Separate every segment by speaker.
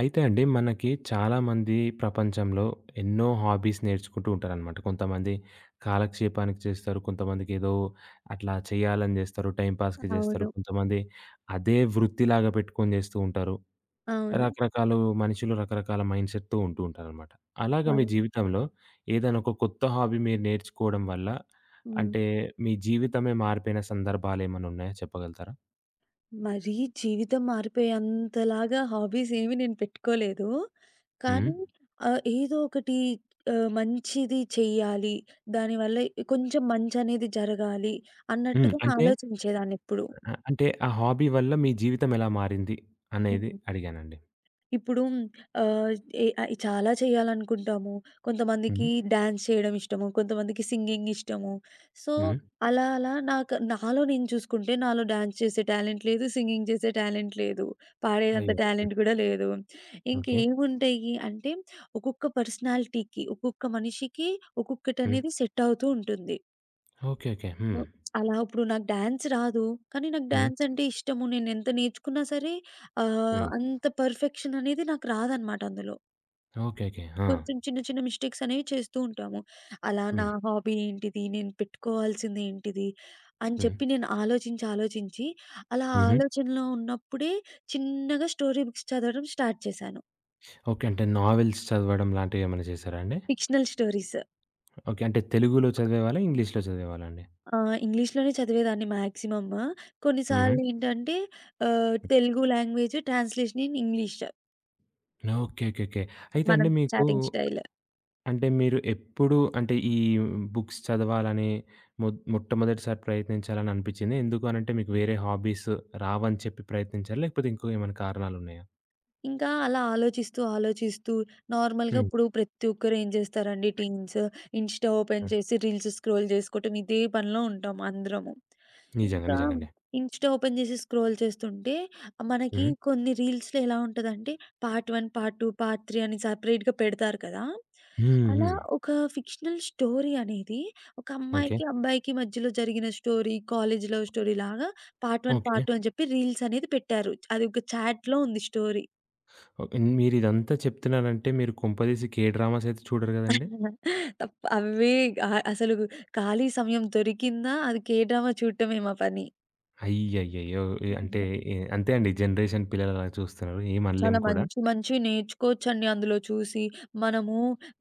Speaker 1: అయితే అండి మనకి చాలామంది ప్రపంచంలో ఎన్నో హాబీస్ నేర్చుకుంటూ ఉంటారనమాట. కొంతమంది కాలక్షేపానికి చేస్తారు. కొంతమందికి ఏదో అట్లా చేయాలని చేస్తారు. టైమ్ పాస్‌కి చేస్తారు.
Speaker 2: అవును.
Speaker 1: కొంతమంది అదే వృత్తిలాగా పెట్టుకొని చేస్తూ ఉంటారు.
Speaker 2: అవును.
Speaker 1: రకరకాలు మనుషులు రకరకాల మైండ్‌సెట్‌తో ఉంటూ ఉంటారనమాట. అలాగా మీ
Speaker 2: అవును.
Speaker 1: జీవితంలో ఏదైనా ఒక కొత్త హాబీ మీరు నేర్చుకోవడం వల్ల
Speaker 2: హ్మ్.
Speaker 1: అంటే మీ జీవితమే మారిపోయిన సందర్భాలేమన్నా ఉన్నాయా చెప్పగలుగుతారా?
Speaker 2: మరీ జీవితం మారిపోయేంతలాగా హాబీస్ ఏవి నేను పెట్టుకోలేదు.
Speaker 1: హ్మ్.
Speaker 2: కానీ ఏదో ఒకటి మంచిది చెయ్యాలి. దానివల్ల కొంచెం మంచనేది జరగాలి
Speaker 1: హ్మ్.
Speaker 2: అన్నట్టుగా
Speaker 1: అంటే
Speaker 2: ఆలోచించేదాన్నెప్పుడు.
Speaker 1: అంటే ఆ హాబీ వల్ల మీ జీవితం ఎలా మారింది అనేది
Speaker 2: హ్మ్.
Speaker 1: అడిగానండి.
Speaker 2: ఇప్పుడు ఆహ్, చాలా చేయాలనుకుంటాము.
Speaker 1: హ్మ్.
Speaker 2: కొంతమందికి డాన్స్ చేయడం ఇష్టము. కొంతమందికి సింగింగ్ ఇష్టము. సో,
Speaker 1: హ్మ్.
Speaker 2: అలా అలా నాకు నాలో నేను చూసుకుంటే నాలో డాన్స్ చేసే టాలెంట్ లేదు. సింగింగ్ చేసే టాలెంట్ లేదు. పాడేదంత
Speaker 1: అయ్యో! హ్మ్.
Speaker 2: టాలెంట్ కూడా లేదు.
Speaker 1: ఓకే.
Speaker 2: ఇంకేముంటాయి అంటే ఒక్కొక్క పర్సనాలిటీకి, ఒక్కొక్క మనిషికి
Speaker 1: హ్మ్.
Speaker 2: ఒక్కొక్కటనేది సెట్ అవుతూ ఉంటుంది.
Speaker 1: ఓకే. ఓకే. హ్మ్.
Speaker 2: సో, అలా ఇప్పుడు నాకు డాన్స్ రాదు. కానీ నాకు
Speaker 1: హ్మ్.
Speaker 2: డాన్స్ అంటే ఇష్టము. నేనెంత నేర్చుకున్నా సరే
Speaker 1: హ్మ్.
Speaker 2: అంత పర్ఫెక్షన్ అనేది నాకు రాదనమాట అందులో.
Speaker 1: ఓకే. ఓకే. ఆ!
Speaker 2: కొంచెం చిన్న చిన్న మిస్టేక్స్ అనేవి చేస్తూ ఉంటాము. అలా నా
Speaker 1: హ్మ్.
Speaker 2: హాబీ ఏంటిది? నేను పెట్టుకోవాల్సింది ఏంటిది? అని
Speaker 1: హ్మ్.
Speaker 2: చెప్పి నేను ఆలోచించి, ఆలోచించి అలా
Speaker 1: హుహు.
Speaker 2: ఆలోచనలో ఉన్నప్పుడే చిన్నగా స్టోరీ బుక్స్ చదవడం స్టార్ట్ చేశాను.
Speaker 1: ఓకే. అంటే నావెల్స్ చదవడం లాంటివేమైనా చేశారా అండి?
Speaker 2: Fictional stories.
Speaker 1: ఓకే. అంటే తెలుగులో చదివేవాళ్ళా? ఇంగ్లీష్‌లో చదివేవాళ్ళా అండి?
Speaker 2: ఇంగ్లీష్‌లోనే చదివేదాన్ని మాక్సిమమ్.
Speaker 1: హుహు.
Speaker 2: కొన్నిసార్లు ఏంటంటే Telugu language translation in English.
Speaker 1: Okay. Okay. Okay. అయితే
Speaker 2: మనం
Speaker 1: అండి మీకు
Speaker 2: చాటింగ్ స్టైల్.
Speaker 1: అంటే మీరు ఎప్పుడు అంటే ఈ బుక్స్ చదవాలని మొ
Speaker 2: హ్మ్.
Speaker 1: మొట్టమొదటిసారి ప్రయత్నించాలని అనిపించింది. ఎందుకు అనంటే మీకు వేరే హాబీస్ రావని చెప్పి ప్రయత్నించారా? లేకపోతే ఇంకో ఏమైనా కారణాలున్నాయా?
Speaker 2: ఇంకా అలా ఆలోచిస్తూ, ఆలోచిస్తూ నార్మల్‌గా
Speaker 1: హ్మ్.
Speaker 2: ఇప్పుడు ప్రతి ఒక్కరు ఏం చేస్తారండి టీన్స్ ఇన్‌స్టా ఓపెన్
Speaker 1: హ్మ్.
Speaker 2: చేసి రీల్స్ స్క్రోల్ చేసుకోవటం ఇదే పనిలో ఉంటాం అందరము.
Speaker 1: నిజంగా.
Speaker 2: ఇంకా
Speaker 1: నిజంగండి.
Speaker 2: ఇన్‌స్టా ఓపెన్ చేసి స్క్రోల్ చేస్తుంటే మనకి
Speaker 1: హ్మ్.
Speaker 2: కొన్ని రీల్స్‌లో ఎలా ఉంటదంటే పార్ట్ 1, పార్ట్ 2, పార్ట్ 3 అని సెపరేట్‌గా పెడతారు కదా!
Speaker 1: హ్మ్.
Speaker 2: అలా
Speaker 1: హ్మ్.
Speaker 2: ఒక ఫిక్షనల్ స్టోరీ అనేది ఒక
Speaker 1: ఓకే.
Speaker 2: అమ్మాయికి, అబ్బాయికి మధ్యలో జరిగిన స్టోరీ, కాలేజ్ లవ్ స్టోరీలాగా పార్ట్ 1,
Speaker 1: ఓకే.
Speaker 2: పార్ట్ 2 అని చెప్పి రీల్స్ అనేది పెట్టారు. అది ఒక చాట్‌లో ఉంది స్టోరీ.
Speaker 1: ఓకే. మీరిదంతా చెప్తున్నారంటే మీరు కొంపదీసి కే డ్రామాస్ అయితే చూడరు గదండీ?
Speaker 2: అవే అసలు ఖాళీ సమయం దొరికిందా అది కే డ్రామా చూడటమే మా పని.
Speaker 1: అయ్యయ్యయ్యో! అంటే అంతే అండి ఈ జనరేషన్ పిల్లలు అలా చూస్తున్నారు. ఏం
Speaker 2: చాలా
Speaker 1: అనలేము కూడా.
Speaker 2: మంచి మంచివి నేర్చుకోవచ్చండి అందులో చూసి. మనము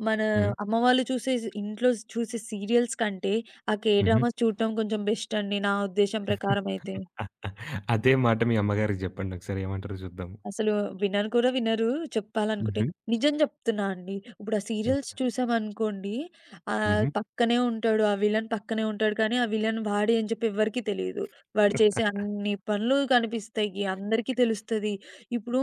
Speaker 2: మన
Speaker 1: హ్మ్.
Speaker 2: అమ్మ వాళ్ళు చూసే ఇంట్లో చూసే సీరియల్స్ కంటే, ఆ కే
Speaker 1: హుహు.
Speaker 2: డ్రామాస్ చూడటం కొంచెం బెస్ట్ అండి నా ఉద్దేశం ప్రకారం అయితే.
Speaker 1: అదే మాట మీ అమ్మగారికి జెప్పండి ఒకసారి ఏమంటారో చూద్దాము.
Speaker 2: అసలు వినను కూడా వినరు. చెప్పాలనుకుంటే.
Speaker 1: హుహు.
Speaker 2: నిజం చెప్తున్నా అండి. ఇప్పుడు ఆ సీరియల్స్ చూసామనుకోండి.
Speaker 1: హుహు.
Speaker 2: పక్కనే ఉంటాడు. ఆ విలన్ పక్కనే ఉంటాడు. కానీ ఆ విలన్ వాడే అని చెప్పి ఎవ్వరికీ తెలీదు. వాడు చేసే అన్ని పనులు కనిపిస్తాయి. అందరికీ తెలుస్తది. ఇప్పుడు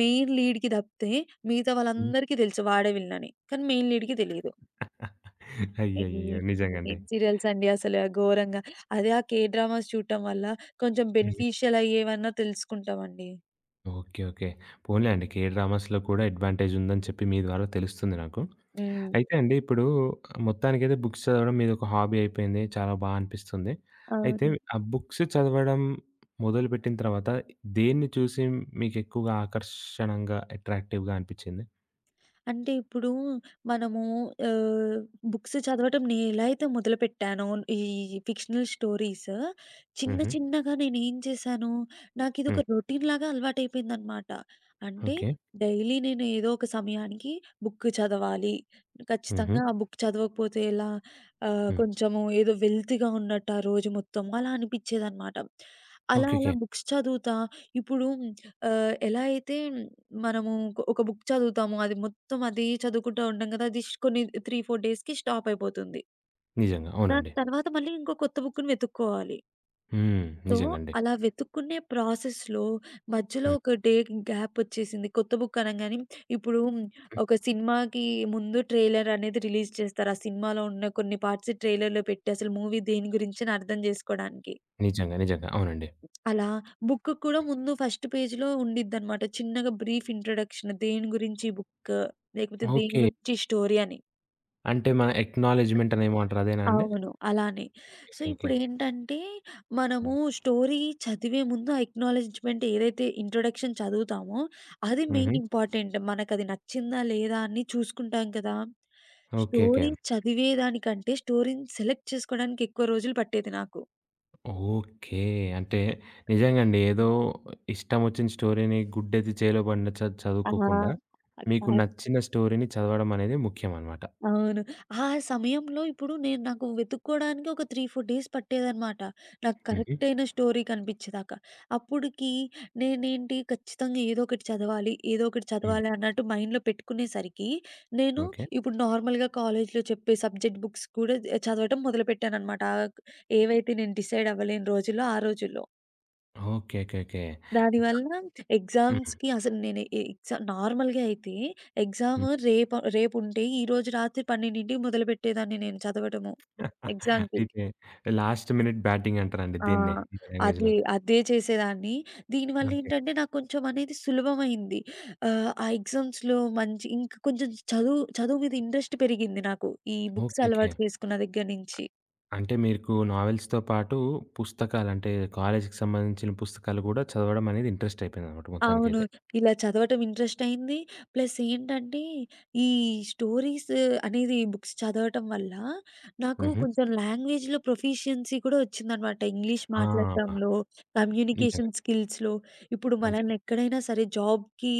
Speaker 2: మెయిన్ లీడ్‌కి తప్పితే మిగతా
Speaker 1: హ్మ్.
Speaker 2: వాళ్ళందరికీ తెలుసు వాడే విలన్ అని. కానీ మెయిన్ లీడ్‌కి తెలీదు. ఏం
Speaker 1: అయ్యయ్యయ్యో! నిజంగండి.
Speaker 2: ఏం సీరియల్స్ అండి అసలు ఆ ఘోరంగా. అదే ఆ కే డ్రామాస్ చూడటం వల్ల కొంచెం
Speaker 1: హ్మ్.
Speaker 2: బెనిఫిషియల్ అయ్యేవన్నా తెలుసుకుంటామండి.
Speaker 1: ఓకే. ఓకే. పోనీలే అండి. కే డ్రామాస్‌లో కూడా అడ్వాంటేజ్ ఉందని చెప్పి మీ ద్వారా తెలుస్తుంది నాకు.
Speaker 2: హ్మ్.
Speaker 1: అయితే అండి ఇప్పుడు మొత్తానికైతే బుక్స్ చదవడం మీదొక హాబీ అయిపోయింది. చాలా బా అనిపిస్తుంది. అయితే
Speaker 2: అవును.
Speaker 1: ఆ బుక్స్ చదవడం మొదలుపెట్టిన తర్వాత దేన్ని చూసి మీకెక్కువగా ఆకర్షణంగా, అట్రాక్టివ్‌గా అనిపిచ్చింది?
Speaker 2: అంటే ఇప్పుడు మనము ఆహ్, బుక్స్ చదవటం నేనెలా అయితే మొదలుపెట్టానో ఈ ఫిక్షనల్ స్టోరీస్ చిన్న
Speaker 1: హుహు.
Speaker 2: చిన్నగా నేనేం చేశాను, నాకిదొక
Speaker 1: హ్మ్.
Speaker 2: రొటీన్‌లాగా అలవాటైపోయిందనమాట. అంటే
Speaker 1: ఓకే.
Speaker 2: డైలీ నేను ఏదో ఒక సమయానికి బుక్ చదవాలి.
Speaker 1: హుహు.
Speaker 2: ఖచ్చితంగా ఆ బుక్ చదవకపోతే ఎలా
Speaker 1: హ్మ్.
Speaker 2: కొంచెము ఏదో వెల్తీగా ఉన్నట్టు ఆ రోజు మొత్తం అలా అనిపిచ్చేదనమాట. అలా అలా
Speaker 1: ఓకేకే.
Speaker 2: బుక్స్ చదువుతా ఇప్పుడు ఎలా అయితే మనము ఒక ఒక బుక్ చదువుతాము. అది మొత్తం అది చదువుకుంటా ఉంటాం కదా! అది కొన్ని 3, 4 డేస్‌కి స్టాప్ అయిపోతుంది.
Speaker 1: నిజంగా.
Speaker 2: దాని
Speaker 1: అవునండి.
Speaker 2: తర్వాత మళ్ళీ ఇంకో కొత్త బుక్కుని వెతుక్కోవాలి.
Speaker 1: హ్మ్.
Speaker 2: సో,
Speaker 1: నిజంగండి.
Speaker 2: అలా వెతుక్కునే ప్రాసెస్‌లో మధ్యలో
Speaker 1: హ్మ్.
Speaker 2: ఒక డే గ్యాప్ వచ్చేసింది. కొత్త బుక్ అనంగానే ఇప్పుడు ఒక సినిమాకి ముందు ట్రైలర్ అనేది రిలీజ్ చేస్తారు. ఆ సినిమాలో ఉన్న కొన్ని పార్ట్స్ ట్రైలర్‌లో పెట్టి అసలు మూవీ దేని గురించని అర్థం జేసుకోడానికి.
Speaker 1: నిజంగా. నిజంగా. అవునండి.
Speaker 2: అలా బుక్ కూడా ముందు ఫస్ట్ పేజ్‌లో ఉండిద్దనమాట. చిన్నగా బ్రీఫ్ ఇంట్రడక్షన్ దేని గురించి బుక్, లేకపోతే దేని
Speaker 1: ఓకే.
Speaker 2: గురించి స్టోరీ అని.
Speaker 1: అంటే మన ఎక్నాలెడ్జ్‌మెంట్ అనేమో అంటారు. అదేనా అండి?
Speaker 2: అవును. అలానే.
Speaker 1: ఓకే. ఓకే.
Speaker 2: ఇప్పుడేంటంటే మనము
Speaker 1: హ్మ్.
Speaker 2: స్టోరీ చదివే ముందు ఆ ఎక్నాలెడ్జ్‌మెంట్ ఏదైతే ఇంట్రడక్షన్ చదువుతామో, అది
Speaker 1: హుహు.
Speaker 2: Main important. మనకది నచ్చిందా లేదా అని చూసుకుంటాం కదా!
Speaker 1: ఓకే. ఓకే.
Speaker 2: స్టోరీ చదివేదానికంటే స్టోరీని సెలెక్ట్ చేసుకోవడానికి ఎక్కువ రోజులు పట్టేది నాకు.
Speaker 1: ఓకే. అంటే నిజంగండి. ఏదో ఇష్టమొచ్చిన స్టోరీని గుడ్డెత్తి చేలో పడిన చదువుకోకుండా, మీకు
Speaker 2: ఆ!
Speaker 1: నచ్చిన స్టోరీని చదవడం అనేది ముఖ్యమనమాట.
Speaker 2: అవును. ఆ సమయంలో ఇప్పుడు నేను నాకు వెతుక్కోడానికి ఒక 3, 4 డేస్ పట్టేదనమాట. నాకు
Speaker 1: హుహు.
Speaker 2: కరెక్ట్ అయిన స్టోరీ కనిపిచ్చేదాకా. అప్పుడికి నేనేంటి ఖచ్చితంగా ఏదో ఒకటి చదవాలి, ఏదో ఒకటి
Speaker 1: హ్మ్.
Speaker 2: చదవాలి అన్నట్టు మైండ్‌లో పెట్టుకునేసరికి, నేను
Speaker 1: ఓకే.
Speaker 2: ఇప్పుడు నార్మల్‌గా కాలేజ్‌లో చెప్పే సబ్జెక్ట్ బుక్స్ కూడా చదవటం మొదలుపెట్టాననమాట. ఏవైతే నేను డిసైడ్ అవ్వలేని రోజుల్లో ఆ రోజుల్లో.
Speaker 1: ఓకే. ఓకే. ఓకే. ద
Speaker 2: దానివల్ల
Speaker 1: హ్మ్.
Speaker 2: ఎగ్జామ్స్‌కి అసలు నేను ఎ ఎగ్జా నార్మల్‌గా అయితే ఎగ్జామ్
Speaker 1: హ్మ్.
Speaker 2: రేపుంటే ఈరోజు రాత్రి 12కి మొదలుపెట్టేదాన్ని నేను చదవటము ఎగ్జామ్‌కి.
Speaker 1: అయితే లాస్ట్ మినిట్ బ్యాటింగ్ అంటారండి
Speaker 2: ఆ!
Speaker 1: దీన్నే మన లాంగ్వేజ్‌లో.
Speaker 2: అదే చేసేదాన్ని. దీనివల్ల
Speaker 1: ఓకే.
Speaker 2: ఏంటంటే నాకు కొంచెం అనేది సులభమైంది. ఆ ఎగ్జామ్స్‌లో మంచి ఇంకా కొంచెం చదువు చదువు మీద ఇంట్రెస్ట్ పెరిగింది నాకు. ఈ బుక్స్
Speaker 1: ఓకే. ఓకే.
Speaker 2: అలవాటు చేసుకున్న దగ్గర నుంచి.
Speaker 1: అంటే మీకు నావెల్స్‌తో పాటు పుస్తకాలు అంటే కాలేజీకి సంబంధించిన పుస్తకాలు గూడా చదవడం అనేది ఇంట్రెస్ట్ అయిపోయిందనమాట
Speaker 2: అవును.
Speaker 1: మొత్తానికైతే.
Speaker 2: ఇలా చదవటం ఇంట్రెస్ట్ అయింది. ప్లస్ ఏంటంటే, ఈ స్టోరీస్ అనేది బుక్స్ చదవటం వల్ల నాకు
Speaker 1: హుహు.
Speaker 2: కొంచెం లాంగ్వేజ్‌లో ప్రొఫిషియన్సీ కూడా వచ్చిందనమాట. ఇంగ్లీష్
Speaker 1: ఆ!
Speaker 2: మాట్లాడటంలో,
Speaker 1: నిజంగా.
Speaker 2: కమ్యూనికేషన్ స్కిల్స్‌లో. ఇప్పుడు
Speaker 1: అంటే
Speaker 2: మనల్ని ఎక్కడైనా సరే జాబ్‌కి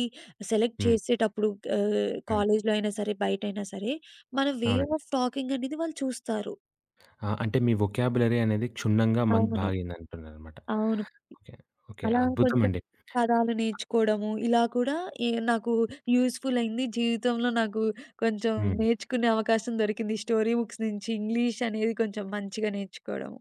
Speaker 2: సెలెక్ట్
Speaker 1: హ్మ్.
Speaker 2: చేసేటప్పుడు
Speaker 1: హ్మ్.
Speaker 2: కాలేజ్‌లో అయినా సరే, బయటైనా సరే, మన వే
Speaker 1: అవునండి.
Speaker 2: ఆఫ్ టాకింగ్ అనేది వాళ్ళు చూస్తారు.
Speaker 1: ఆ! అంటే మీ వొకాబులరీ అనేది క్షుణ్ణంగా మన్
Speaker 2: అవును.
Speaker 1: బాగయిందంటున్నారనమాట.
Speaker 2: అవును.
Speaker 1: ఓకే. ఓకే.
Speaker 2: అలా కొంచెం
Speaker 1: అద్భుతమండి.
Speaker 2: పదాలు నేర్చుకోవడము, ఇలా కూడా నాకు యూజ్‌ఫుల్ అయింది. జీవితంలో నాకు కొంచెం
Speaker 1: హ్మ్.
Speaker 2: నేర్చుకునే అవకాశం దొరికింది. ఈ స్టోరీ బుక్స్ నుంచి ఇంగ్లీష్ అనేది కొంచెం మంచిగా నేర్చుకోవడం.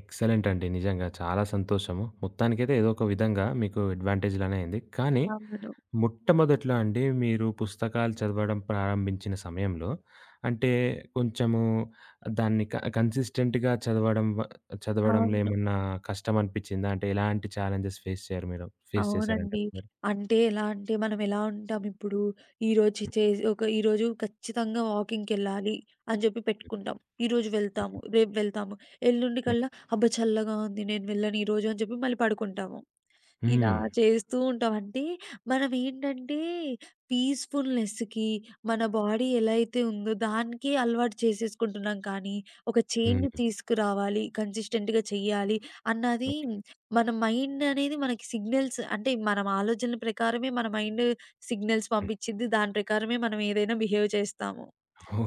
Speaker 1: ఎక్సలెంట్ అండి. నిజంగా చాలా సంతోషము. మొత్తానికైతే ఏదో ఒక విధంగా మీకు అడ్వాంటేజ్ లానే అయింది. కానీ
Speaker 2: అవును.
Speaker 1: మొట్టమొదట్లో అండి మీరు పుస్తకాలు చదవడం ప్రారంభించిన సమయంలో అంటే కొంచెము దాన్ని కన్సిస్టెంట్‌గా చదవడం చదవడంలో
Speaker 2: అవును.
Speaker 1: ఏమన్నా కష్టం అనిపిచ్చిందా? అంటే ఎలాంటి ఛాలెంజెస్ ఫేస్ చేయారు మీరు? ఫేస్ చేసారండి
Speaker 2: అవునండి.
Speaker 1: అప్పుడు మీరు?
Speaker 2: అంటే ఎలా అంటే మనం ఎలా ఉంటాం ఇప్పుడు, ఈరోజు చేసి ఒక ఈరోజు ఖచ్చితంగా వాకింగ్‌కెళ్ళాలి అని చెప్పి పెట్టుకుంటాం. ఈరోజు వెళ్తాము, రేపు వెళ్తాము, ఎల్లుండికల్లా అబ్బా! చల్లగా ఉంది నేను వెళ్ళను ఈరోజు అని చెప్పి మళ్ళీ పడుకుంటాము. ఇలా
Speaker 1: హ్మ్.
Speaker 2: చేస్తూ ఉంటాం. అంటే మనమేంటంటే పీస్‌ఫుల్‌నెస్‌కి మన బాడీ ఎలా అయితే ఉందో దానికి అలవాటు చేసేసుకుంటున్నాం కానీ, ఒక చేంజ్
Speaker 1: హ్మ్.
Speaker 2: తీసుకురావాలి, కన్సిస్టెంట్‌గా చెయ్యాలి అన్నది
Speaker 1: ఓకే.
Speaker 2: మన మైండ్ అనేది మనకి సిగ్నల్స్ అంటే మనం ఆలోచనల ప్రకారమే మన మైండ్ సిగ్నల్స్
Speaker 1: హ్మ్.
Speaker 2: పంపించిద్ది. దాని ప్రకారమే మనం ఏదైనా బిహేవ్ చేస్తాము.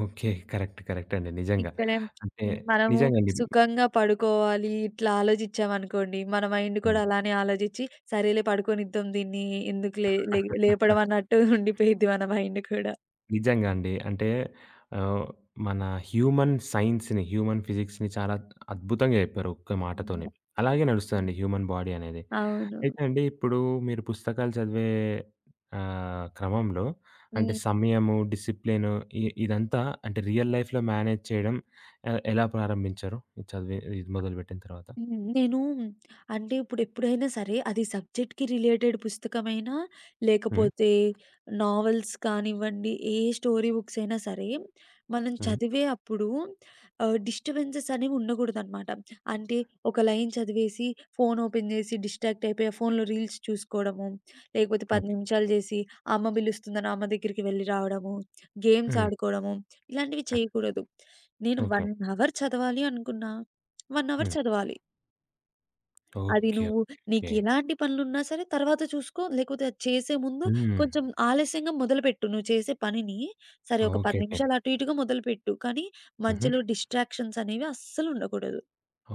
Speaker 1: ఓకే. కరెక్ట్. కరెక్ట్ అండి. నిజంగా.
Speaker 2: ఇక్కడే
Speaker 1: అంటే
Speaker 2: మనము
Speaker 1: నిజంగండి.
Speaker 2: సుఖంగా పడుకోవాలి ఇట్లా ఆలోచించామనుకోండి, మన మైండ్
Speaker 1: హ్మ్.
Speaker 2: కూడా అలానే ఆలోచించి సరేలే పడుకోనిద్దాం దీన్ని ఎందుకు లే లే లేపడం అన్నట్టు ఉండిపోయిద్ది మన మైండ్ కూడా.
Speaker 1: నిజంగా అండి. అంటే ఆహ్, మన హ్యూమన్ సైన్స్‌ని, హ్యూమన్ ఫిజిక్స్‌ని చాలా అద్భుతంగా చెప్పారు ఒక్క మాటతోనే.
Speaker 2: హ్మ్.
Speaker 1: అలాగే
Speaker 2: హ్మ్.
Speaker 1: నడుస్తదండి హ్యూమన్ బాడీ అనేది.
Speaker 2: అవును.
Speaker 1: అయితే అండి ఇప్పుడు మీరు పుస్తకాలు చదివే క్రమంలో అంటే
Speaker 2: హ్మ్.
Speaker 1: సమయము, డిసిప్లిన్ ఇదంతా అంటే రియల్ లైఫ్‌లో మేనేజ్ చేయడం ఎలా ప్రారంభించారు? ఇది చదివి ఇది మొదలుపెట్టిన తర్వాత?
Speaker 2: హ్మ్. నేను అంటే ఇప్పుడు ఎప్పుడైనా సరే అది సబ్జెక్ట్‌కి రిలేటెడ్ పుస్తకమైనా,
Speaker 1: హ్మ్.
Speaker 2: లేకపోతే నావెల్స్ కానివ్వండి, ఏ స్టోరీ బుక్స్ అయినా సరే, మనం
Speaker 1: హ్మ్.
Speaker 2: చదివే అప్పుడు డిస్టర్బెన్సెస్ అనేవి ఉండకూడదనమాట. అంటే ఒక లైన్ చదివేసి ఫోన్ ఓపెన్ చేసి డిస్ట్రాక్ట్ అయిపోయి ఆ ఫోన్‌లో రీల్స్ చూసుకోవడము, లేకపోతే 10
Speaker 1: ఓకే.
Speaker 2: నిమిషాలు చేసి అమ్మ పిలుస్తుందని అమ్మ దగ్గరికి వెళ్లి రావడము, గేమ్స్
Speaker 1: హ్మ్.
Speaker 2: ఆడుకోవడము, ఇలాంటివి
Speaker 1: హ్మ్.
Speaker 2: చేయకూడదు. నేను 1
Speaker 1: ఓకే.
Speaker 2: అవర్ చదవాలి అనుకున్నా, 1 అవర్
Speaker 1: హ్మ్.
Speaker 2: చదవాలి.
Speaker 1: ఓకే.
Speaker 2: అది
Speaker 1: ఓకే.
Speaker 2: నువ్వు
Speaker 1: ఓకే.
Speaker 2: నీకెలాంటి పనులున్నా సరే తర్వాత చూసుకో, లేకపోతే అది చేసే ముందు
Speaker 1: హ్మ్.
Speaker 2: కొంచెం ఆలస్యంగా మొదలుపెట్టు నువ్వు చేసే పనిని. సరే ఒక 10
Speaker 1: ఓకేకే.
Speaker 2: నిమిషాలు అటు ఇటుగా మొదలుపెట్టు. కానీ
Speaker 1: హుహు.
Speaker 2: మధ్యలో డిస్ట్రాక్షన్స్ అనేవి అస్సలుండకూడదు.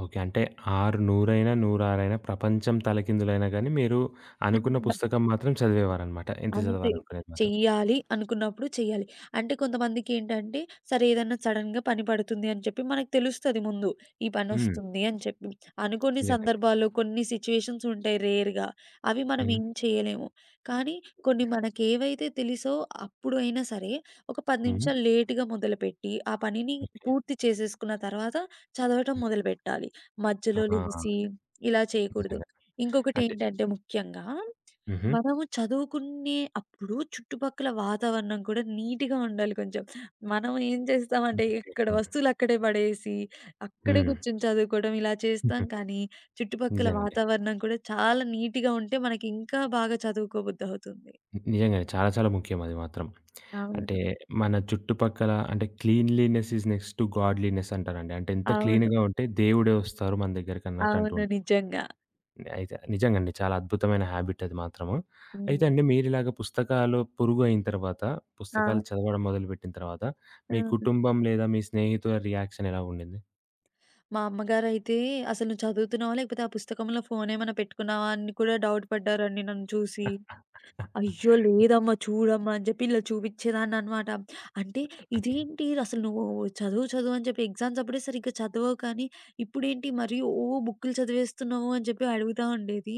Speaker 1: ఓకే. అంటే 6 నూరైనా, 106 ప్రపంచం తలకిందులైనా గానీ, మీరు అనుకున్న పుస్తకం మాత్రం చదివేవారనమాట. ఎంత
Speaker 2: అంతే.
Speaker 1: చదవాలనుకునేది మాత్రం.
Speaker 2: చెయ్యాలి అనుకున్నప్పుడు చెయ్యాలి. అంటే కొంతమందికేంటంటే, సరే ఏదన్నా సడెన్‌గా పని పడుతుంది అని చెప్పి మనకు తెలుస్తది ముందు. ఈ
Speaker 1: హ్మ్.
Speaker 2: పనొస్తుంది అని చెప్పి. అనుకోని
Speaker 1: నిజంగానే.
Speaker 2: సందర్భాల్లో కొన్ని సిచ్యుయేషన్స్ ఉంటాయి రేర్‌గా. అవి మనం
Speaker 1: హ్మ్.
Speaker 2: ఏం చేయలేము. కానీ కొన్ని మనకేవైతే తెలుసో అప్పుడు అయినా సరే, ఒక 10
Speaker 1: హ్మ్.
Speaker 2: నిమిషాలు లేట్‌గా మొదలుపెట్టి, ఆ పనిని
Speaker 1: ఓకే.
Speaker 2: పూర్తి చేసేసుకున్న తర్వాత చదవటం
Speaker 1: హ్మ్.
Speaker 2: మొదలుపెట్టాలి.
Speaker 1: ఆ!
Speaker 2: మధ్యలో లెగిసి ఇలా చేయకూడదు.
Speaker 1: నిజంగా. అంటే
Speaker 2: ఇంకొకటేంటంటే ముఖ్యంగా
Speaker 1: హుహు.
Speaker 2: మనము చదువుకునే అప్పుడు చుట్టుపక్కల వాతావరణం కూడా నీట్‌గా ఉండాలి కొంచెం. మనం ఏం చేస్తామంటే ఇక్కడ వస్తువులు అక్కడే పడేసి, అక్కడే
Speaker 1: హ్మ్.
Speaker 2: కూర్చొని చదువుకోవడం ఇలా చేస్తాం
Speaker 1: హుహు.
Speaker 2: కానీ, చుట్టుపక్కల
Speaker 1: నిజంగండి.
Speaker 2: వాతావరణం కూడా చాలా నీట్‌గా ఉంటే మనకి ఇంకా బాగా చదువుకోబుద్ధి అవుతుంది.
Speaker 1: నిజంగానే. చాలా చాలా ముఖ్యం అది మాత్రం. అంటే
Speaker 2: అవును.
Speaker 1: మన చుట్టుపక్కల అంటే cleanliness is next to godliness అంటారండి. అంటే ఎంత
Speaker 2: అవును.
Speaker 1: క్లీన్‌గా ఉంటే దేవుడే వస్తారు మన దగ్గరికన్నట్టు అంటూ
Speaker 2: అవును.
Speaker 1: ఉంటారు.
Speaker 2: నిజంగా.
Speaker 1: అయితే నిజంగండి. చాలా అద్భుతమైన హాబిట్ అది మాత్రము. అయితే
Speaker 2: హ్మ్.
Speaker 1: అండి మీరిలాగ పుస్తకాలు పొరుగు అయిన తర్వాత,
Speaker 2: ఆ!
Speaker 1: పుస్తకాలు చదవడం మొదలుపెట్టిన తర్వాత, మీ
Speaker 2: హ్మ్.
Speaker 1: కుటుంబం లేదా మీ స్నేహితుల రియాక్షన్ ఎలా ఉండింది?
Speaker 2: మా అమ్మగారైతే "అసలు నువ్వు చదువుతున్నావా? లేకపోతే ఆ పుస్తకంలో ఫోన్ ఏమైనా పెట్టుకున్నావా?" అని కూడా డౌట్ పడ్డారండి నన్ను చూసి. అయ్యో! లేదమ్మా చూడమ్మా అని చెప్పి ఇలా చూపిచ్చేదాన్ననమాట. అంటే
Speaker 1: ఓకే.
Speaker 2: ఇదేంటి అసలు నువ్వు చదువు చదువు అని చెప్పి ఎగ్జామ్స్ అప్పుడే సరిగ్గా చదవవు కానీ, ఇప్పుడేంటి మరి బుక్కులు చదివేస్తున్నావు అని చెప్పి అడుగుతా ఉండేది.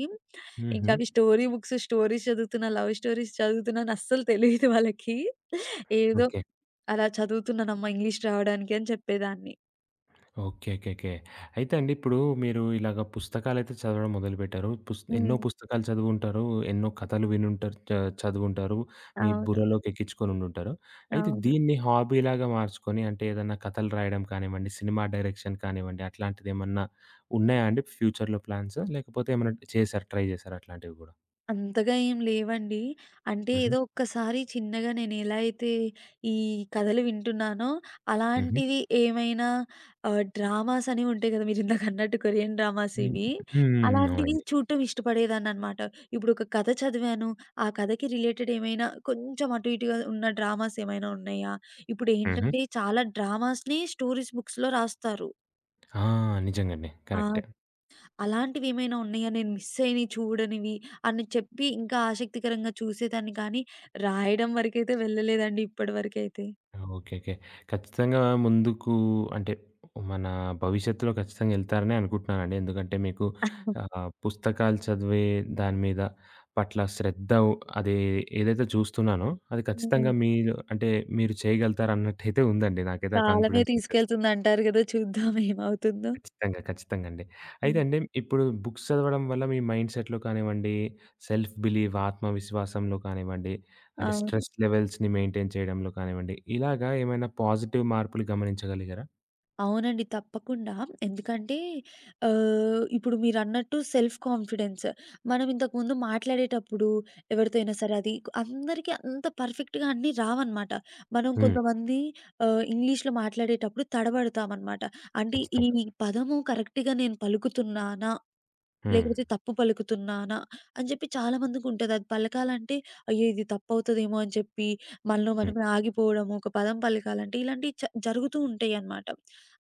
Speaker 1: హుహు.
Speaker 2: ఇంకా అవి స్టోరీ బుక్స్, స్టోరీస్ చదువుతున్నా, లవ్ స్టోరీస్ చదువుతున్నా అని అస్సలు తెలీదు వాళ్ళకి. ఏదో
Speaker 1: ఓకే.
Speaker 2: అలా చదువుతున్నానమ్మా ఇంగ్లీష్ రావడానికి అని చెప్పేదాన్ని.
Speaker 1: ఓకే. ఓకే. ఓకే. అయితే అండి ఇప్పుడు మీరు ఇలాగ పుస్తకాలైతే చదవడం మొదలుపెట్టారు. ఎన్నో
Speaker 2: హ్మ్.
Speaker 1: పుస్తకాలు చదివుంటారు. ఎన్నో కథలు వినుంటారు. చదివుంటారు. మీ
Speaker 2: అవును.
Speaker 1: బుర్రలోకి ఎక్కించుకొని ఉండుంటారు. అయితే
Speaker 2: అవును.
Speaker 1: దీన్ని హాబీలాగా మార్చుకొని అంటే ఏదన్నా కథలు రాయడం కానివ్వండి, సినిమా డైరెక్షన్ కానివ్వండి అట్లాంటిదేమన్నా ఉన్నాయా అండి ఫ్యూచర్‌లో ప్లాన్స్? లేకపోతే ఏమన్నా చేసారా? ట్రై చేసారా అట్లాంటివి గూడా?
Speaker 2: అంతగా ఏం లేవండి. అంటే
Speaker 1: హుహు.
Speaker 2: ఏదో ఒక్కసారి చిన్నగా నేనెలా అయితే ఈ కథలు వింటున్నానో,
Speaker 1: హుహు.
Speaker 2: అలాంటివి ఏమైనా డ్రామాస్ అనేవి ఉంటాయి కదా! మీరిందాకన్నట్టు కొరియన్ డ్రామాస్
Speaker 1: హ్మ్.
Speaker 2: ఇవి.
Speaker 1: హ్మ్.
Speaker 2: అలాంటివి
Speaker 1: అవునండి.
Speaker 2: చూడటం ఇష్టపడేదాన్ననమాట. ఇప్పుడొక కథ చదివాను, ఆ కథకి రిలేటెడ్ ఏమైనా కొంచెం అటు ఇటుగా ఉన్న డ్రామాస్ ఏమైనా ఉన్నాయా?
Speaker 1: హుహు.
Speaker 2: ఇప్పుడేంటంటే చాలా డ్రామాస్‌ని స్టోరీస్ బుక్స్‌లో రాస్తారు.
Speaker 1: ఆ! నిజంగండి.
Speaker 2: ఆ!
Speaker 1: కరెక్టే.
Speaker 2: అలాంటివేమైనా ఉన్నాయా? నేను మిస్ అయినయి చూడనివి అని చెప్పి ఇంకా ఆసక్తికరంగా చూసేదాన్ని కానీ, రాయడం వరకైతే వెళ్ళలేదండి ఇప్పటి వరకైతే.
Speaker 1: ఓకే. ఓకే. ఖచ్చితంగా ముందుకు అంటే మన భవిష్యత్తులో ఖచ్చితంగా ఎళ్తారనే అనుకుంటున్నానండి. ఎందుకంటే మీకు
Speaker 2: హ్మ్.
Speaker 1: పుస్తకాలు చదివే దాని మీద పట్ల శ్రద్ధ అది ఏదైతే చూస్తున్నానో అది ఖచ్చితంగా
Speaker 2: హ్మ్.
Speaker 1: మీరు అంటే మీరు చేయగలుగుతారన్నట్టయితే ఉందండి. నాకైతే ఆ
Speaker 2: కాలమే
Speaker 1: కాన్ఫిడెన్స్ ఉంది ఖచ్చితంగా.
Speaker 2: తీసుకెళ్తుందంటారు గదా! చూద్దాం ఏమవుతుందో.
Speaker 1: ఖచ్చితంగా. ఖచ్చితంగండి. అయితే
Speaker 2: హ్మ్.
Speaker 1: అండి ఇప్పుడు బుక్స్ చదవడం వల్ల మీ మైండ్ సెట్‌లో కానివ్వండి, సెల్ఫ్ బిలీవ్ ఆత్మవిశ్వాసంలో కానివ్వండి, అంటే
Speaker 2: అవును.
Speaker 1: స్ట్రెస్ లెవెల్స్‌ని మెయింటైన్ చేయడంలో కానివ్వండి, ఇలాగా ఏమైనా పాజిటివ్ మార్పులు గమనించగలిగారా?
Speaker 2: అవునండి. తప్పకుండా. ఎందుకంటే ఇప్పుడు మీరన్నట్టు సెల్ఫ్ కాన్ఫిడెన్స్. మనం ఇంతకుముందు మాట్లాడేటప్పుడు ఎవరితో అయినా సరే అది అందరికీ అంత పర్ఫెక్ట్‌గా అన్నీ రావన్నమాట. మనం
Speaker 1: హ్మ్.
Speaker 2: కొంతమంది ఇంగ్లీష్‌లో మాట్లాడేటప్పుడు తడబడతామన్నమాట. అంటే
Speaker 1: ఖచ్చితంగా.
Speaker 2: పదము కరెక్ట్‌గా నేను పలుకుతున్నానా?
Speaker 1: హ్మ్.
Speaker 2: లేకపోతే తప్పు పలుకుతున్నానా అని చెప్పి చాలా మందికుంటది. అది పలకాలంటే అయ్యో! ఇది తప్పవుతదేమో అని చెప్పి మనలో
Speaker 1: హ్మ్.
Speaker 2: మనమే ఆగిపోవడము, ఒక పదం పలకాలంటే ఇలాంటివి జరుగుతూ ఉంటాయన్నమాట.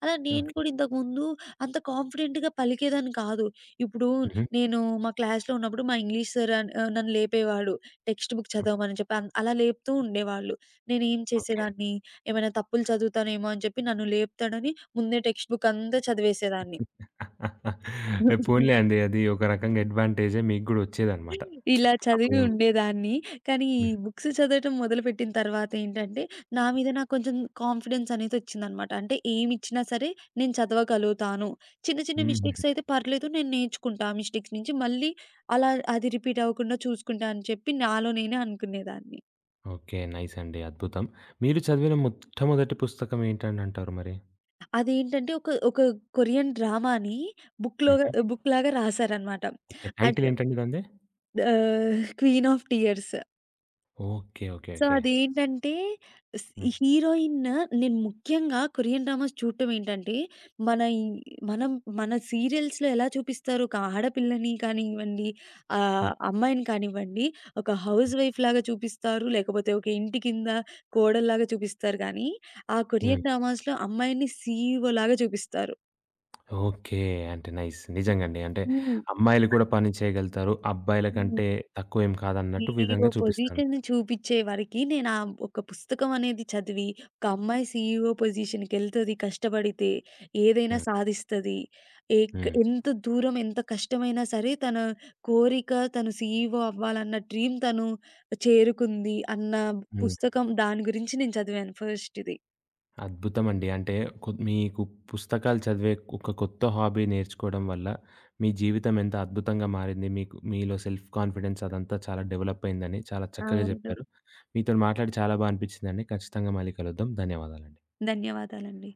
Speaker 2: అలా నేను
Speaker 1: ఓకే.
Speaker 2: కూడా ఇంతకుముందు అంత కాన్ఫిడెంట్‌గా పలికేదాన్ని కాదు. ఇప్పుడు
Speaker 1: హుహు.
Speaker 2: నేను మా క్లాస్‌లో ఉన్నప్పుడు మా ఇంగ్లీష్ సార్ నన్ను లేపేవాడు. టెక్స్ట్ బుక్ చదవమని చెప్పి అలా లేపుతూ ఉండేవాళ్ళు. నేనేం
Speaker 1: ఓకే.
Speaker 2: చేసేదాన్ని ఏమైనా తప్పులు చదువుతానేమో అని చెప్పి నన్ను లేపుతాడని ముందే టెక్స్ట్ బుక్ అంతా చదివేసేదాన్ని.
Speaker 1: పోనీలే అండి. అది ఒక రకంగా అడ్వాంటేజే మీకు గూడా వచ్చేదనమాట.
Speaker 2: ఇలా
Speaker 1: ఆ
Speaker 2: చదివి
Speaker 1: భయం వల్ల.
Speaker 2: ఉండేదాన్ని. కానీ, ఈ
Speaker 1: హ్మ్.
Speaker 2: బుక్స్ చదవటం మొదలుపెట్టిన తర్వాత ఏంటంటే, నా మీద నాకు కొంచెం కాన్ఫిడెన్స్ అనేదొచ్చిందనమాట. అంటే ఏమిచ్చినా సరే నేను చదవగలుగుతాను. చిన్న, చిన్న
Speaker 1: హుహుహు.
Speaker 2: మిస్టేక్స్ అయితే పర్లేదు నేను నేర్చుకుంటా ఆ మిస్టేక్స్ నుంచి. మళ్ళీ అలా అది రిపీట్ అవ్వకుండా చూసుకుంటా అని చెప్పి నాలో నేనే అనుకునేదాన్ని.
Speaker 1: ఓకే. నైస్ అండి. అద్భుతం. మీరు చదివిన మొట్టమొదటి పుస్తకం ఏంటని అంటారు మరి?
Speaker 2: అదేంటంటే ఒక కొరియన్ డ్రామాని
Speaker 1: హుహు.
Speaker 2: బుక్‌లాగా రాసారనమాట.
Speaker 1: ఓకే.
Speaker 2: అట్
Speaker 1: టైటిల్ ఏంటండి దానిది?
Speaker 2: 'Queen of tears.'
Speaker 1: Okay. Okay.
Speaker 2: So,
Speaker 1: okay.
Speaker 2: అదేంటంటే ఈ
Speaker 1: హ్మ్.
Speaker 2: హీరోయిన్ నేను ముఖ్యంగా కొరియన్ డ్రామాస్ చూడటం ఏంటంటే, మన ఈ మనం మన సీరియల్స్‌లో ఎలా చూపిస్తారు ఒక ఆడపిల్లని కానివ్వండి,
Speaker 1: హ్మ్.
Speaker 2: అమ్మాయిని కానివ్వండి, ఒక
Speaker 1: హ్మ్.
Speaker 2: హౌస్ వైఫ్ లాగా చూపిస్తారు. లేకపోతే ఒక ఇంటి కింద కోడల్లాగా చూపిస్తారు కానీ, ఆ
Speaker 1: హ్మ్.
Speaker 2: కొరియన్ డ్రామాస్‌లో అమ్మాయిని సీఈఓ లాగా చూపిస్తారు.
Speaker 1: ఓకే. అంటే నైస్. నిజంగా అండి. అంటే
Speaker 2: హ్మ్.
Speaker 1: అమ్మాయిలు కూడా పని చేయగలుగుతారు. అబ్బాయిల
Speaker 2: హ్మ్.
Speaker 1: కంటే తక్కువేం కాదన్నట్టు
Speaker 2: సీఈఓ
Speaker 1: విధంగా చూపిస్తారు.
Speaker 2: పొజిషన్ చూపిచ్చే వరకి నేను ఆ ఒక పుస్తకం అనేది చదివి, ఒక అమ్మాయి సీఈఓ పొజిషన్‌కెళ్తది, కష్టపడితే ఏదైనా
Speaker 1: హ్మ్.
Speaker 2: సాధిస్తది.
Speaker 1: హ్మ్.
Speaker 2: ఎంత దూరం ఎంత కష్టమైనా సరే తన కోరిక తను సీఈఓ అవ్వాలన్న డ్రీమ్ తను చేరుకుంది అన్న
Speaker 1: హ్మ్.
Speaker 2: పుస్తకం దాని గురించి నేను చదివాను ఫస్ట్‌ది.
Speaker 1: అద్భుతమండి. అంటే మీకు పుస్తకాలు చదివే ఒక కొత్త హాబీ నేర్చుకోవడం వల్ల మీ జీవితం ఎంత అద్భుతంగా మారింది. మీకు మీలో సెల్ఫ్ కాన్ఫిడెన్స్ అదంతా చాలా డెవలప్ అయిందని చాలా చక్కగా
Speaker 2: అవును.
Speaker 1: చెప్పారు. మీతోని మాట్లాడి చాలా బా అనిపించిందండి. ఖచ్చితంగా మళ్ళీ కలుద్దాం. ధన్యవాదాలండి.
Speaker 2: ధన్యవాదాలండి.